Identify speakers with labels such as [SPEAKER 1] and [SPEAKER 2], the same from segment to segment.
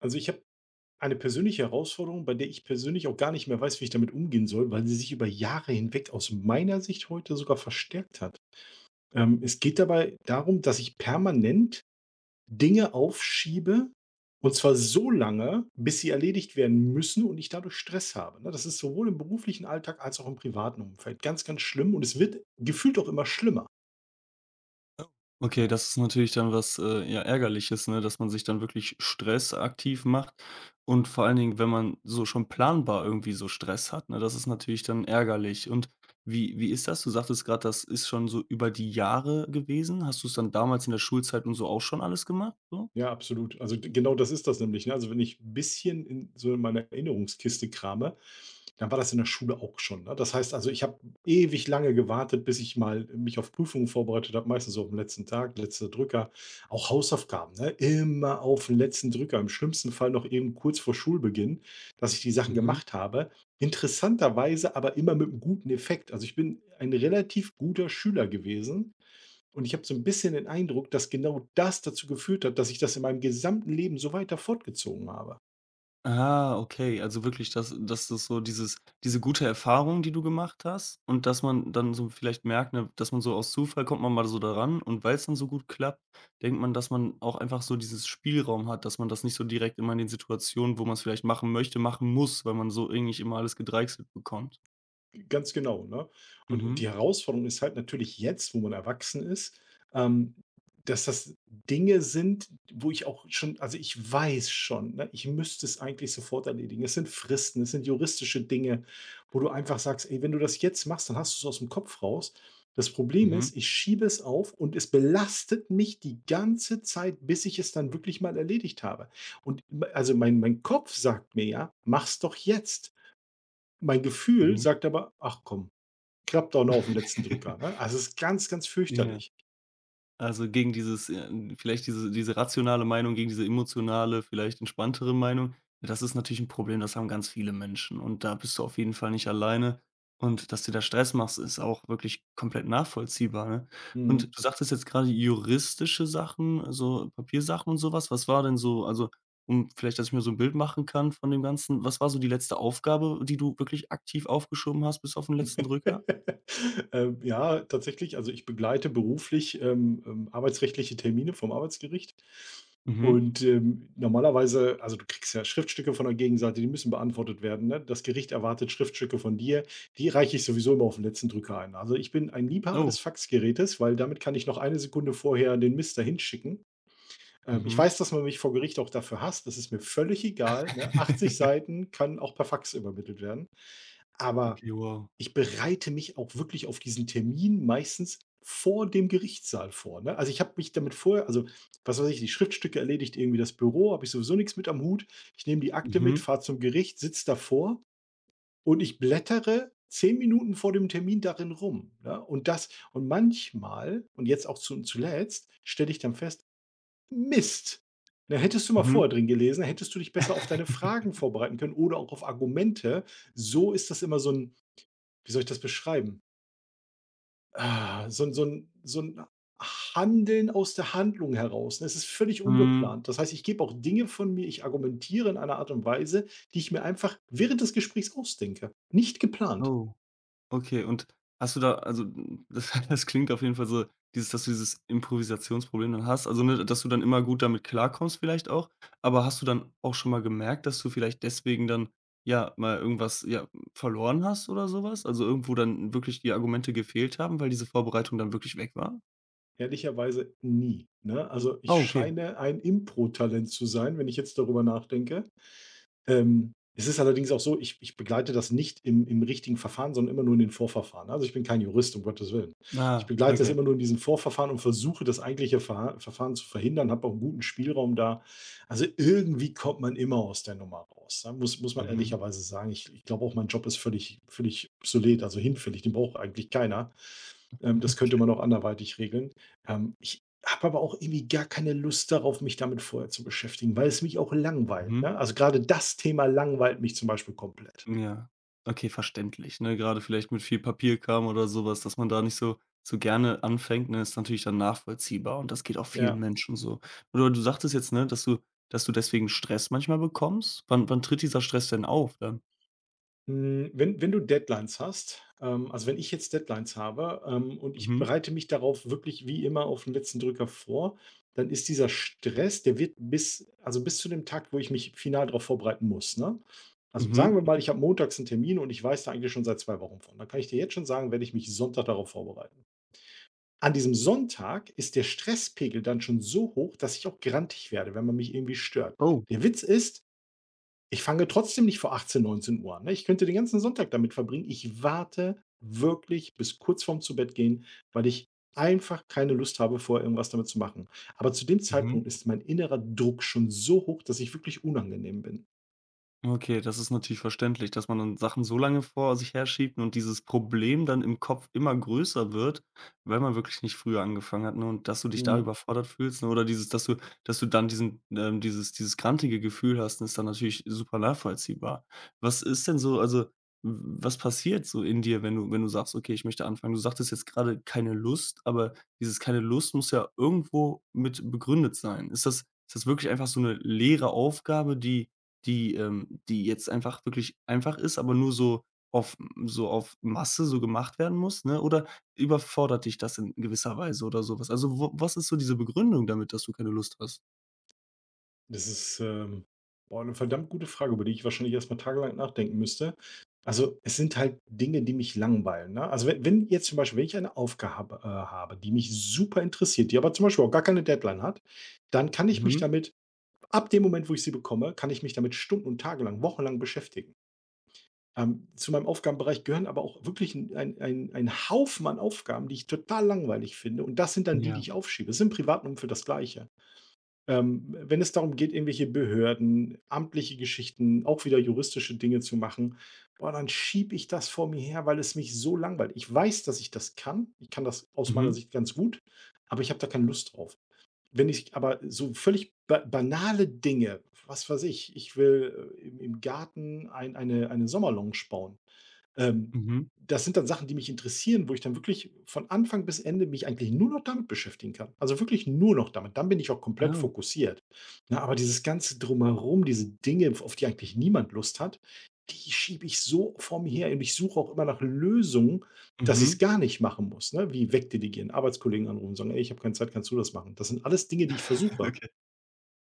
[SPEAKER 1] Also, ich habe eine persönliche Herausforderung, bei der ich persönlich auch gar nicht mehr weiß, wie ich damit umgehen soll, weil sie sich über Jahre hinweg aus meiner Sicht heute sogar verstärkt hat. Es geht dabei darum, dass ich permanent Dinge aufschiebe und zwar so lange, bis sie erledigt werden müssen und ich dadurch Stress habe, ne? Das ist sowohl im beruflichen Alltag als auch im privaten Umfeld ganz, ganz schlimm und es wird gefühlt auch immer schlimmer.
[SPEAKER 2] Okay, das ist natürlich dann was, ja, Ärgerliches, ne, dass man sich dann wirklich Stress aktiv macht und vor allen Dingen, wenn man so schon planbar irgendwie so Stress hat, ne, das ist natürlich dann ärgerlich. Und wie ist das? Du sagtest gerade, das ist schon so über die Jahre gewesen. Hast du es dann damals in der Schulzeit und so auch schon alles gemacht, so?
[SPEAKER 1] Ja, absolut. Also, d genau das ist das nämlich, ne? Also, wenn ich 'n bisschen in meiner Erinnerungskiste krame, dann war das in der Schule auch schon, ne? Das heißt also, ich habe ewig lange gewartet, bis ich mal mich auf Prüfungen vorbereitet habe, meistens so aufm letzten Tag, letzter Drücker. Auch Hausaufgaben, ne? Immer aufm letzten Drücker, im schlimmsten Fall noch eben kurz vor Schulbeginn, dass ich die Sachen
[SPEAKER 2] Mhm.
[SPEAKER 1] gemacht habe. Interessanterweise aber immer mit einem guten Effekt. Also, ich bin ein relativ guter Schüler gewesen. Und ich habe so ein bisschen den Eindruck, dass genau das dazu geführt hat, dass ich das in meinem gesamten Leben so weiter fortgezogen habe.
[SPEAKER 2] Ah, okay. Also wirklich, dass das so diese gute Erfahrung, die du gemacht hast und dass man dann so vielleicht merkt, ne, dass man so aus Zufall kommt man mal so daran und weil es dann so gut klappt, denkt man, dass man auch einfach so dieses Spielraum hat, dass man das nicht so direkt immer in den Situationen, wo man es vielleicht machen möchte, machen muss, weil man so irgendwie nicht immer alles gedeichselt bekommt.
[SPEAKER 1] Ganz genau, ne? Und
[SPEAKER 2] Mhm,
[SPEAKER 1] die Herausforderung ist halt natürlich jetzt, wo man erwachsen ist, ähm, dass das Dinge sind, wo ich auch schon also, ich weiß schon, ne, ich müsste es eigentlich sofort erledigen. Es sind Fristen, es sind juristische Dinge, wo du einfach sagst: „Ey, wenn du das jetzt machst, dann hast du es aus dem Kopf raus.“ Das Problem
[SPEAKER 2] mhm,
[SPEAKER 1] ist, ich schiebe es auf und es belastet mich die ganze Zeit, bis ich es dann wirklich mal erledigt habe. Und m also, mein Kopf sagt mir ja: „Mach's doch jetzt.“ Mein Gefühl
[SPEAKER 2] mhm.
[SPEAKER 1] sagt aber: „Ach komm, klappt auch noch auf den letzten Drücker, ne? Also, es ist ganz, ganz
[SPEAKER 2] Ja.
[SPEAKER 1] fürchterlich.
[SPEAKER 2] Also, gegen dieses, vielleicht diese rationale Meinung, gegen diese emotionale, vielleicht entspanntere Meinung. Das ist natürlich ein Problem, das haben ganz viele Menschen und da bist du auf jeden Fall nicht alleine. Und dass du dir da Stress machst, ist auch wirklich komplett nachvollziehbar, ne? Und
[SPEAKER 1] Mhm.
[SPEAKER 2] du sagtest jetzt gerade juristische Sachen, also, Papiersachen und sowas. Was. War denn so, also, um vielleicht, dass ich mir so ein Bild machen kann von dem Ganzen, was war so die letzte Aufgabe, die du wirklich aktiv aufgeschoben hast bis auf den letzten Drücker?
[SPEAKER 1] Ja, tatsächlich, also, ich begleite beruflich, arbeitsrechtliche Termine vom Arbeitsgericht
[SPEAKER 2] Mhm.
[SPEAKER 1] und, normalerweise also, du kriegst ja Schriftstücke von der Gegenseite, die müssen beantwortet werden, ne? Das Gericht erwartet Schriftstücke von dir, die reiche ich sowieso immer auf den letzten Drücker ein. Also, ich bin ein Liebhaber des
[SPEAKER 2] Oh.
[SPEAKER 1] Faxgerätes, weil damit kann ich noch 1 Sekunde vorher den Mist dahin schicken. Ich
[SPEAKER 2] Mhm.
[SPEAKER 1] weiß, dass man mich vor Gericht auch dafür hasst, das ist mir völlig egal, ne? 80 Seiten kann auch per Fax übermittelt werden, aber
[SPEAKER 2] Okay, wow.
[SPEAKER 1] ich bereite mich auch wirklich auf diesen Termin meistens vor dem Gerichtssaal vor, ne? Also, ich habe mich damit vorher also, was weiß ich, die Schriftstücke erledigt irgendwie das Büro, habe ich sowieso nichts mit am Hut. Ich nehme die Akte mit,
[SPEAKER 2] Mhm,
[SPEAKER 1] fahre zum Gericht, sitze davor und ich blättere 10 Minuten vor dem Termin darin rum, ne? Und das und manchmal und jetzt auch zu zuletzt stelle ich dann fest Mist. Na, hättest du mal
[SPEAKER 2] mhm,
[SPEAKER 1] vorher drin gelesen, hättest du dich besser auf deine Fragen vorbereiten können oder auch auf Argumente. So ist das immer so ein, wie soll ich das beschreiben? So ein Handeln aus der Handlung heraus, ne? Es ist völlig
[SPEAKER 2] mhm.
[SPEAKER 1] ungeplant. Das heißt, ich gebe auch Dinge von mir ich argumentiere in einer Art und Weise, die ich mir einfach während des Gesprächs ausdenke. Nicht geplant.
[SPEAKER 2] Oh, okay. Und hast du da also, das das klingt auf jeden Fall so, dieses dass du dieses Improvisationsproblem dann hast, also, ne, dass du dann immer gut damit klarkommst vielleicht auch. Aber hast du dann auch schon mal gemerkt, dass du vielleicht deswegen dann, ja, mal irgendwas, ja, verloren hast oder sowas. Also, irgendwo dann wirklich die Argumente gefehlt haben, weil diese Vorbereitung dann wirklich weg war?
[SPEAKER 1] Ehrlicherweise nie, ne? Also, ich
[SPEAKER 2] Ah, okay.
[SPEAKER 1] scheine ein Impro-Talent zu sein, wenn ich jetzt darüber nachdenke. Es ist allerdings auch so, ich begleite das nicht im richtigen Verfahren, sondern immer nur in den Vorverfahren. Also, ich bin kein Jurist, um Gottes Willen. Ich
[SPEAKER 2] Ah,
[SPEAKER 1] begleite das
[SPEAKER 2] okay.
[SPEAKER 1] immer nur in diesen Vorverfahren und versuche, das eigentliche Verha Verfahren zu verhindern, habe auch einen guten Spielraum da. Also, irgendwie kommt man immer aus der Nummer raus, ne? Muss man
[SPEAKER 2] Mhm.
[SPEAKER 1] ehrlicherweise sagen. Ich glaube auch, mein Job ist völlig obsolet, also hinfällig, den braucht eigentlich keiner. Das könnte man auch anderweitig regeln. Ich habe aber auch irgendwie gar keine Lust darauf, mich damit vorher zu beschäftigen, weil es mich auch langweilt,
[SPEAKER 2] Mhm.
[SPEAKER 1] ne? Also, gerade das Thema langweilt mich zum Beispiel komplett.
[SPEAKER 2] Ja, okay, verständlich, ne? Gerade vielleicht mit viel Papierkram oder sowas, dass man da nicht so gerne anfängt, ne, ist natürlich dann nachvollziehbar und das geht auch vielen
[SPEAKER 1] Ja.
[SPEAKER 2] Menschen so. Oder du sagtest jetzt, ne, dass du deswegen Stress manchmal bekommst. Wann tritt dieser Stress denn auf dann?
[SPEAKER 1] Wenn du Deadlines hast also, wenn ich jetzt Deadlines habe, und ich
[SPEAKER 2] Mhm,
[SPEAKER 1] bereite mich darauf wirklich wie immer auf den letzten Drücker vor, dann ist dieser Stress der wird bis also, bis zu dem Tag, wo ich mich final darauf vorbereiten muss, ne? Also, sagen
[SPEAKER 2] mhm.
[SPEAKER 1] wir mal, ich habe montags einen Termin und ich weiß da eigentlich schon seit 2 Wochen von. Dann kann ich dir jetzt schon sagen, werde ich mich Sonntag darauf vorbereiten. An diesem Sonntag ist der Stresspegel dann schon so hoch, dass ich auch grantig werde, wenn man mich irgendwie stört.
[SPEAKER 2] Oh,
[SPEAKER 1] Der Witz ist, ich fange trotzdem nicht vor 18, 19 Uhr an. Ne? Ich könnte den ganzen Sonntag damit verbringen. Ich warte wirklich bis kurz vorm Zubettgehen, weil ich einfach keine Lust habe, vorher irgendwas damit zu machen. Aber zu dem Zeitpunkt
[SPEAKER 2] mhm.
[SPEAKER 1] ist mein innerer Druck schon so hoch, dass ich wirklich unangenehm bin.
[SPEAKER 2] Okay, das ist natürlich verständlich, dass man dann Sachen so lange vor sich herschiebt und dieses Problem dann im Kopf immer größer wird, weil man wirklich nicht früher angefangen hat, ne? Und dass du dich da
[SPEAKER 1] Mhm.
[SPEAKER 2] überfordert fühlst, ne? Oder dieses, dass du dann dieses grantige Gefühl hast, ist dann natürlich super nachvollziehbar. Was ist denn so, also, w- was passiert so in dir, wenn du sagst, okay, ich möchte anfangen? Du sagtest jetzt gerade keine Lust, aber dieses keine Lust muss ja irgendwo mit begründet sein. Ist das wirklich einfach so eine leere Aufgabe, die jetzt einfach wirklich einfach ist, aber nur auf so auf Masse so gemacht werden muss, ne? Oder überfordert dich das in gewisser Weise oder so was? Also, wo was ist so diese Begründung damit, dass du keine Lust hast?
[SPEAKER 1] Das ist, boah, 'ne verdammt gute Frage, über die ich wahrscheinlich erst mal tagelang nachdenken müsste. Also, es sind halt Dinge, die mich langweilen, ne? Also, wenn jetzt zum Beispiel wenn ich eine Aufgabe, habe, die mich super interessiert, die aber zum Beispiel auch gar keine Deadline hat, dann kann ich mich
[SPEAKER 2] Mhm.
[SPEAKER 1] damit ab dem Moment, wo ich sie bekomme, kann ich mich damit stunden und tagelang, wochenlang beschäftigen. Zu meinem Aufgabenbereich gehören aber auch wirklich 'n ein Haufen an Aufgaben, die ich total langweilig finde und das sind dann die, die
[SPEAKER 2] Ja.
[SPEAKER 1] ich aufschiebe. Das ist im privaten Umfeld das Gleiche. Wenn es darum geht, irgendwelche Behörden, amtliche Geschichten, auch wieder juristische Dinge zu machen, boah, dann schiebe ich das vor mir her, weil es mich so langweilt. Ich weiß, dass ich das kann. Ich kann das aus meiner
[SPEAKER 2] Mhm.
[SPEAKER 1] Sicht ganz gut, aber ich habe da keine Lust drauf. Wenn ich aber so völlig ba banale Dinge, was weiß ich, ich will im Garten eine Sommerlounge bauen. Ähm,
[SPEAKER 2] Mhm.
[SPEAKER 1] das sind dann Sachen, die mich interessieren, wo ich dann wirklich von Anfang bis Ende mich eigentlich nur noch damit beschäftigen kann. Also wirklich nur noch damit. Dann bin ich auch komplett
[SPEAKER 2] Oh.
[SPEAKER 1] fokussiert. Na, aber dieses ganze Drumherum, diese Dinge, auf die eigentlich niemand Lust hat, die schiebe ich so vor mir her und ich suche auch immer nach Lösungen, dass ich
[SPEAKER 2] Mhm.
[SPEAKER 1] es gar nicht machen muss. Ne? Wie wegdelegieren, Arbeitskollegen anrufen und sagen, ey, ich habe keine Zeit, kannst du das machen? Das sind alles Dinge, die ich versuche.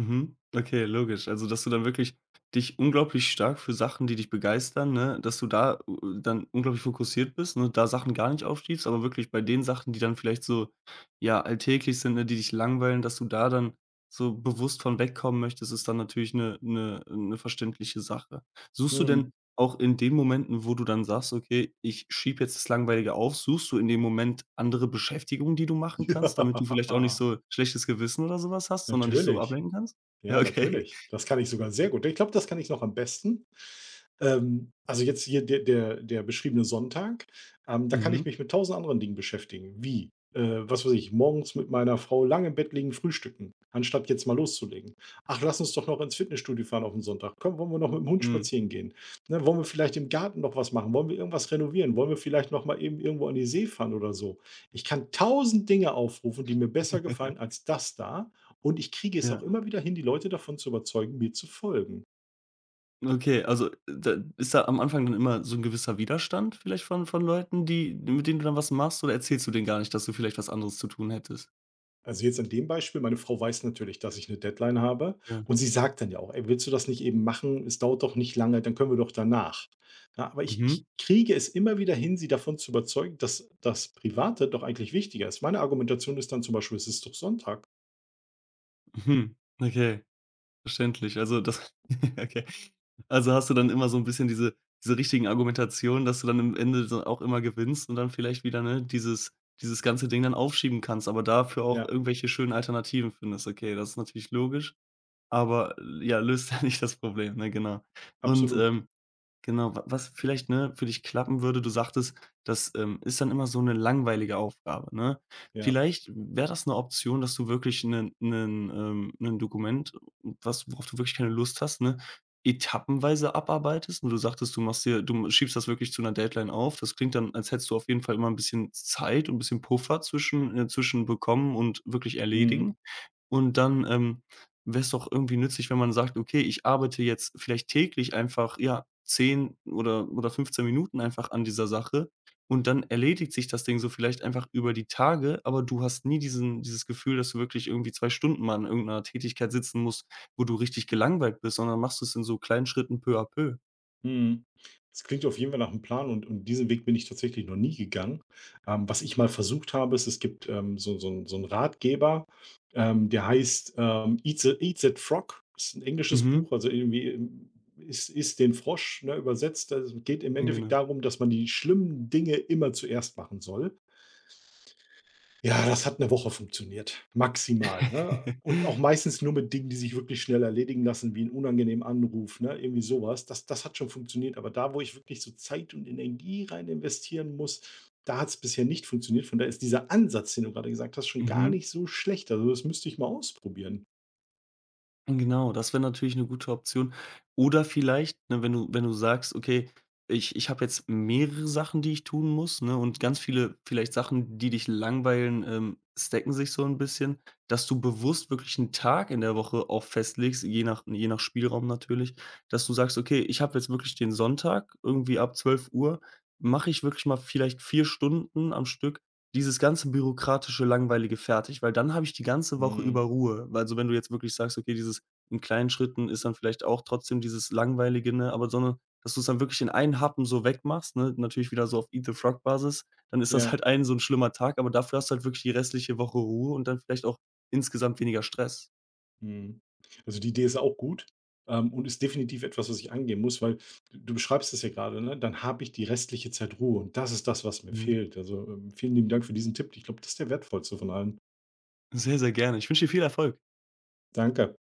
[SPEAKER 2] Mhm. Okay, logisch. Also, dass du dann wirklich dich unglaublich stark für Sachen, die dich begeistern, ne, dass du da, dann unglaublich fokussiert bist, ne, da Sachen gar nicht aufschiebst, aber wirklich bei den Sachen, die dann vielleicht so, ja, alltäglich sind, ne, die dich langweilen, dass du da dann so bewusst von wegkommen möchtest, ist dann natürlich eine 'ne verständliche Sache. Suchst du denn
[SPEAKER 1] Hm.
[SPEAKER 2] auch in den Momenten, wo du dann sagst: „Okay, ich schiebe jetzt das Langweilige auf“, suchst du in dem Moment andere Beschäftigungen, die du machen kannst, damit du vielleicht auch nicht so schlechtes Gewissen oder so was hast,
[SPEAKER 1] Ja,
[SPEAKER 2] sondern dich so
[SPEAKER 1] natürlich.
[SPEAKER 2] ablenken kannst? Ja,
[SPEAKER 1] Ja,
[SPEAKER 2] okay.
[SPEAKER 1] natürlich. Das kann ich sogar sehr gut. Ich glaube, das kann ich noch am besten. Also jetzt hier der beschriebene Sonntag, da kann ich
[SPEAKER 2] Mhm.
[SPEAKER 1] mich mit tausend anderen Dingen beschäftigen, wie, was weiß ich, morgens mit meiner Frau lange im Bett liegen, frühstücken, anstatt jetzt mal loszulegen. „Ach, lass uns doch noch ins Fitnessstudio fahren aufm Sonntag. Komm, wollen wir noch mit dem Hund
[SPEAKER 2] Mhm.
[SPEAKER 1] spazieren gehen? Ne, wollen wir vielleicht im Garten noch was machen? Wollen wir irgendwas renovieren? Wollen wir vielleicht noch mal eben irgendwo an die See fahren oder so?“ Ich kann tausend Dinge aufrufen, die mir besser gefallen als das da und ich kriege es auch
[SPEAKER 2] Ja.
[SPEAKER 1] immer wieder hin, die Leute davon zu überzeugen, mir zu folgen.
[SPEAKER 2] Okay, also, da ist da am Anfang dann immer so 'n gewisser Widerstand vielleicht von Leuten, die mit denen du dann was machst, oder erzählst du denen gar nicht, dass du vielleicht was anderes zu tun hättest?
[SPEAKER 1] Also, jetzt an dem Beispiel, meine Frau weiß natürlich, dass ich eine Deadline habe
[SPEAKER 2] Ja.
[SPEAKER 1] und sie sagt dann ja auch: „Ey, willst du das nicht eben machen? Es dauert doch nicht lange, dann können wir doch danach.“ Ja, aber ich
[SPEAKER 2] Mhm.
[SPEAKER 1] kriege es immer wieder hin, sie davon zu überzeugen, dass das Private doch eigentlich wichtiger ist. Meine Argumentation ist dann zum Beispiel: „Es ist doch Sonntag.“
[SPEAKER 2] Mhm. Okay. Verständlich. Also das okay. Also hast du dann immer so 'n bisschen diese richtigen Argumentationen, dass du dann am Ende so auch immer gewinnst und dann vielleicht wieder, ne, dieses ganze Ding dann aufschieben kannst, aber dafür auch
[SPEAKER 1] Ja,
[SPEAKER 2] irgendwelche schönen Alternativen findest. Okay, das ist natürlich logisch, aber, ja, löst ja nicht das Problem, ne, genau. Und,
[SPEAKER 1] absolut.
[SPEAKER 2] genau, wa was vielleicht, ne, für dich klappen würde, du sagtest, das, ist dann immer so eine langweilige Aufgabe, ne?
[SPEAKER 1] Ja.
[SPEAKER 2] Vielleicht wäre das eine Option, dass du wirklich 'nen Dokument, was worauf du wirklich keine Lust hast, ne, etappenweise abarbeitest und du sagtest, du machst dir du schiebst das wirklich zu einer Deadline auf. Das klingt dann, als hättest du auf jeden Fall immer ein bisschen Zeit und ein bisschen Puffer zwischen bekommen und wirklich
[SPEAKER 1] Mhm.
[SPEAKER 2] erledigen. Und dann, wäre es doch irgendwie nützlich, wenn man sagt: „Okay, ich arbeite jetzt vielleicht täglich einfach, ja, 10 oder 15 Minuten einfach an dieser Sache“ und dann erledigt sich das Ding so vielleicht einfach über die Tage, aber du hast nie diesen dieses Gefühl, dass du wirklich irgendwie 2 Stunden mal an irgendeiner Tätigkeit sitzen musst, wo du richtig gelangweilt bist, sondern machst du es in so kleinen Schritten peu à peu.
[SPEAKER 1] Mhm. Das klingt ja auf jeden Fall nach einem Plan und diesen Weg bin ich tatsächlich noch nie gegangen. Was ich mal versucht habe, ist, es gibt, so einen Ratgeber, der heißt, „Eat that Frog“, ist ein englisches
[SPEAKER 2] Mhm.
[SPEAKER 1] Buch, also irgendwie, ist iss den Frosch“, ne, übersetzt. Also, es geht im
[SPEAKER 2] Ja,
[SPEAKER 1] Endeffekt
[SPEAKER 2] genau.
[SPEAKER 1] darum, dass man die schlimmen Dinge immer zuerst machen soll. Ja, das hat 1 Woche funktioniert, maximal, ne? Und auch meistens nur mit Dingen, die sich wirklich schnell erledigen lassen, wie 'n unangenehmen Anruf, ne, irgendwie sowas. Das hat schon funktioniert, aber da, wo ich wirklich so Zeit und Energie rein investieren muss, da hat's bisher nicht funktioniert. Von daher ist dieser Ansatz, den du grade gesagt hast, schon gar
[SPEAKER 2] Mhm.
[SPEAKER 1] nicht so schlecht. Also, das müsste ich mal ausprobieren.
[SPEAKER 2] Genau, das wäre natürlich eine gute Option. Oder vielleicht, ne, wenn du sagst: „Okay, ich habe jetzt mehrere Sachen, die ich tun muss, ne, und ganz viele vielleicht Sachen, die dich langweilen, stacken sich so ein bisschen“, dass du bewusst wirklich einen Tag in der Woche auch festlegst, je nach Spielraum natürlich, dass du sagst: „Okay, ich habe jetzt wirklich den Sonntag irgendwie ab 12 Uhr mache ich wirklich mal vielleicht 4 Stunden am Stück, dieses ganze bürokratische, langweilige fertig, weil dann habe ich die ganze Woche über
[SPEAKER 1] Mhm.
[SPEAKER 2] Ruhe. Weil also, wenn du jetzt wirklich sagst, okay, dieses in kleinen Schritten ist dann vielleicht auch trotzdem dieses Langweilige, ne, aber sondern dass du es dann wirklich in einen Happen so wegmachst, ne, natürlich wieder so auf Eat the Frog Basis, dann ist das
[SPEAKER 1] Ja.
[SPEAKER 2] halt ein so 'n schlimmer Tag, aber dafür hast du halt wirklich die restliche Woche Ruhe und dann vielleicht auch insgesamt weniger Stress.
[SPEAKER 1] Mhm. Also, die Idee ist auch gut, und ist definitiv etwas, was ich angehen muss, weil du beschreibst es ja gerade, ne? Dann habe ich die restliche Zeit Ruhe und das ist das, was mir
[SPEAKER 2] Mhm.
[SPEAKER 1] fehlt. Also, vielen lieben Dank für diesen Tipp. Ich glaube, das ist der wertvollste von allen.
[SPEAKER 2] Sehr, sehr gerne. Ich wünsche dir viel Erfolg.
[SPEAKER 1] Danke.